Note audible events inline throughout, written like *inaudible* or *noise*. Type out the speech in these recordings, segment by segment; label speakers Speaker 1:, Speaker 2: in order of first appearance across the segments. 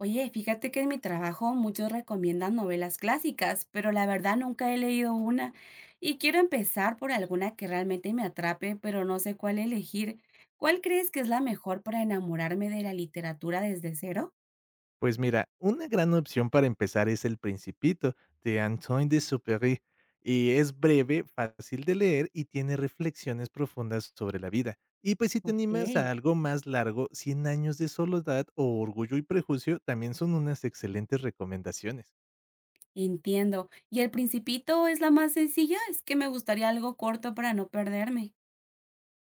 Speaker 1: Oye, fíjate que en mi trabajo muchos recomiendan novelas clásicas, pero la verdad nunca he leído una y quiero empezar por alguna que realmente me atrape, pero no sé cuál elegir. ¿Cuál crees que es la mejor para enamorarme de la literatura desde cero?
Speaker 2: Pues mira, una gran opción para empezar es El Principito de Antoine de Saint-Exupéry y es breve, fácil de leer y tiene reflexiones profundas sobre la vida. Y pues si te
Speaker 1: Ok,
Speaker 2: animas a algo más largo, 100 años de soledad o Orgullo y Prejuicio también son unas excelentes recomendaciones.
Speaker 1: entiendo. ¿Y El Principito es la más sencilla? Es que me gustaría algo corto para no perderme.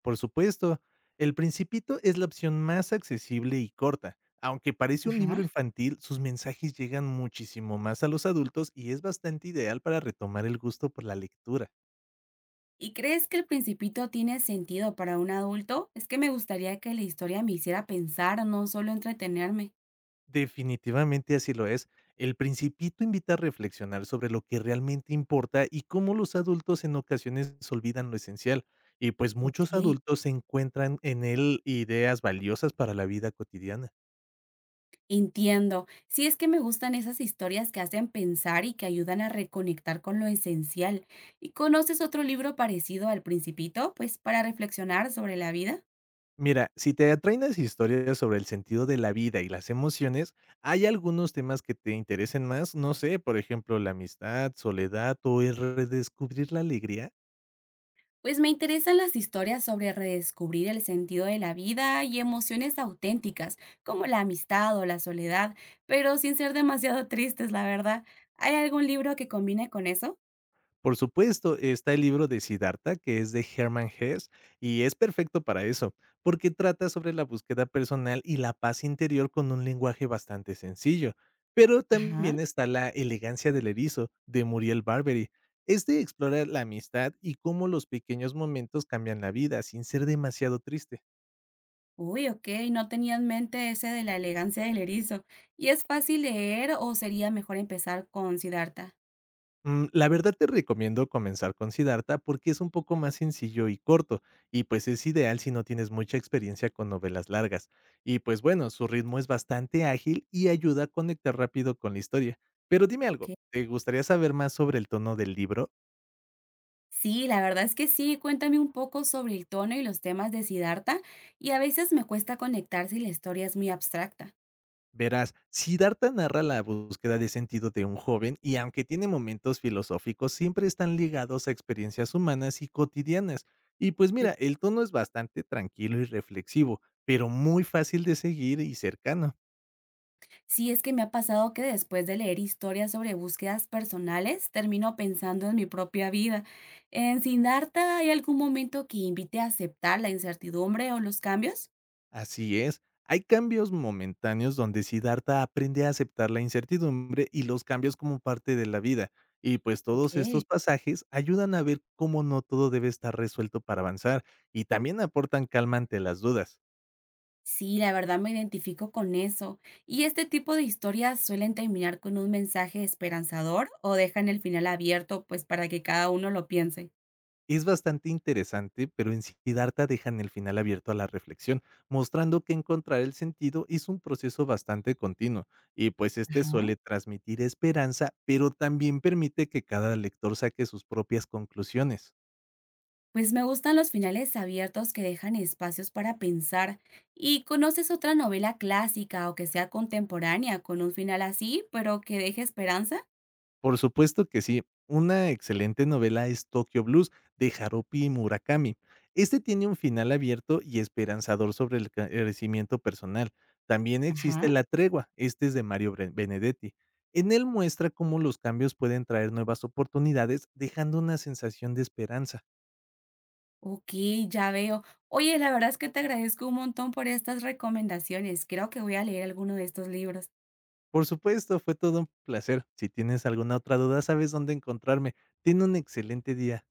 Speaker 2: Por supuesto, El Principito es la opción más accesible y corta. Aunque parece un libro
Speaker 1: Ajá.
Speaker 2: infantil, sus mensajes llegan muchísimo más a los adultos y es bastante ideal para retomar el gusto por la lectura.
Speaker 1: ¿Y crees que El Principito tiene sentido para un adulto? Es que me gustaría que la historia me hiciera pensar, no solo entretenerme.
Speaker 2: Definitivamente así lo es. El Principito invita a reflexionar sobre lo que realmente importa y cómo los adultos en ocasiones olvidan lo esencial. Y pues muchos
Speaker 1: Ok.
Speaker 2: adultos encuentran en él ideas valiosas para la vida cotidiana.
Speaker 1: Entiendo. Sí, es que me gustan esas historias que hacen pensar y que ayudan a reconectar con lo esencial. ¿Y conoces otro libro parecido al Principito? Pues para reflexionar sobre la vida.
Speaker 2: Mira, si te atraen las historias sobre el sentido de la vida y las emociones, hay algunos temas que te interesen más, no sé, por ejemplo, la amistad, soledad o el redescubrir la alegría.
Speaker 1: Pues me interesan las historias sobre redescubrir el sentido de la vida y emociones auténticas, como la amistad o la soledad, pero sin ser demasiado *laughs* tristes, la verdad. ¿Hay algún libro que combine con eso?
Speaker 2: Por supuesto, está el libro de Siddhartha, que es de Hermann Hesse, y es perfecto para eso, porque trata sobre la búsqueda personal y la paz interior con un lenguaje bastante sencillo. Pero también
Speaker 1: Ajá.
Speaker 2: está La elegancia del erizo, de Muriel Barbery. Este explora la amistad y cómo los pequeños momentos cambian la vida sin ser demasiado triste.
Speaker 1: Uy, ok, no tenía en mente ese de la elegancia del erizo. ¿Y es fácil leer o sería mejor empezar con Siddhartha?
Speaker 2: La verdad te recomiendo comenzar con Siddhartha porque es un poco más sencillo y corto, y pues es ideal si no tienes mucha experiencia con novelas largas. Y pues bueno, su ritmo es bastante ágil y ayuda a conectar rápido con la historia. Pero dime
Speaker 1: Ok.
Speaker 2: algo, ¿te gustaría saber más sobre el tono del libro?
Speaker 1: Sí, la verdad es que sí. Cuéntame un poco sobre el tono y los temas de Siddhartha y a veces me cuesta conectar si la historia es muy abstracta.
Speaker 2: Verás, Siddhartha narra la búsqueda de sentido de un joven y aunque tiene momentos filosóficos, siempre están ligados a experiencias humanas y cotidianas. Y pues
Speaker 1: En-
Speaker 2: mira, el tono es bastante tranquilo y reflexivo, pero muy fácil de seguir y cercano.
Speaker 1: Sí, es que me ha pasado que después de leer historias sobre búsquedas personales, termino pensando en mi propia vida. ¿En Siddhartha hay algún momento que invite a aceptar la incertidumbre o los cambios?
Speaker 2: Así es, hay cambios momentáneos donde Siddhartha aprende a aceptar la incertidumbre y los cambios como parte de la vida. Y pues
Speaker 1: Ok.
Speaker 2: todos estos pasajes ayudan a ver cómo no todo debe estar resuelto para avanzar y también aportan calma ante las dudas.
Speaker 1: Sí, la verdad me identifico con eso. ¿Y este tipo de historias suelen terminar con un mensaje esperanzador o dejan el final abierto, pues para que cada uno lo piense?
Speaker 2: Es bastante interesante, pero en Siddhartha dejan el final abierto a la reflexión, mostrando que encontrar el sentido es un proceso bastante continuo, y pues este suele
Speaker 1: Ajá.
Speaker 2: transmitir esperanza, pero también permite que cada lector saque sus propias conclusiones.
Speaker 1: Pues me gustan los finales abiertos que dejan espacios para pensar. ¿Y conoces otra novela clásica o que sea contemporánea con un final así, pero que deje esperanza?
Speaker 2: Por supuesto que sí. Una excelente novela es Tokyo Blues de Haruki Murakami. Este tiene un final abierto y esperanzador sobre el crecimiento personal. También existe
Speaker 1: Ajá.
Speaker 2: La Tregua, este es de Mario Benedetti. En él muestra cómo los cambios pueden traer nuevas oportunidades, dejando una sensación de esperanza.
Speaker 1: Ok, ya veo. Oye, la verdad es que te agradezco un montón por estas recomendaciones. Creo que voy a leer alguno de estos libros.
Speaker 2: Por supuesto, fue todo un placer. Si tienes alguna otra duda, sabes dónde encontrarme. Ten un excelente día.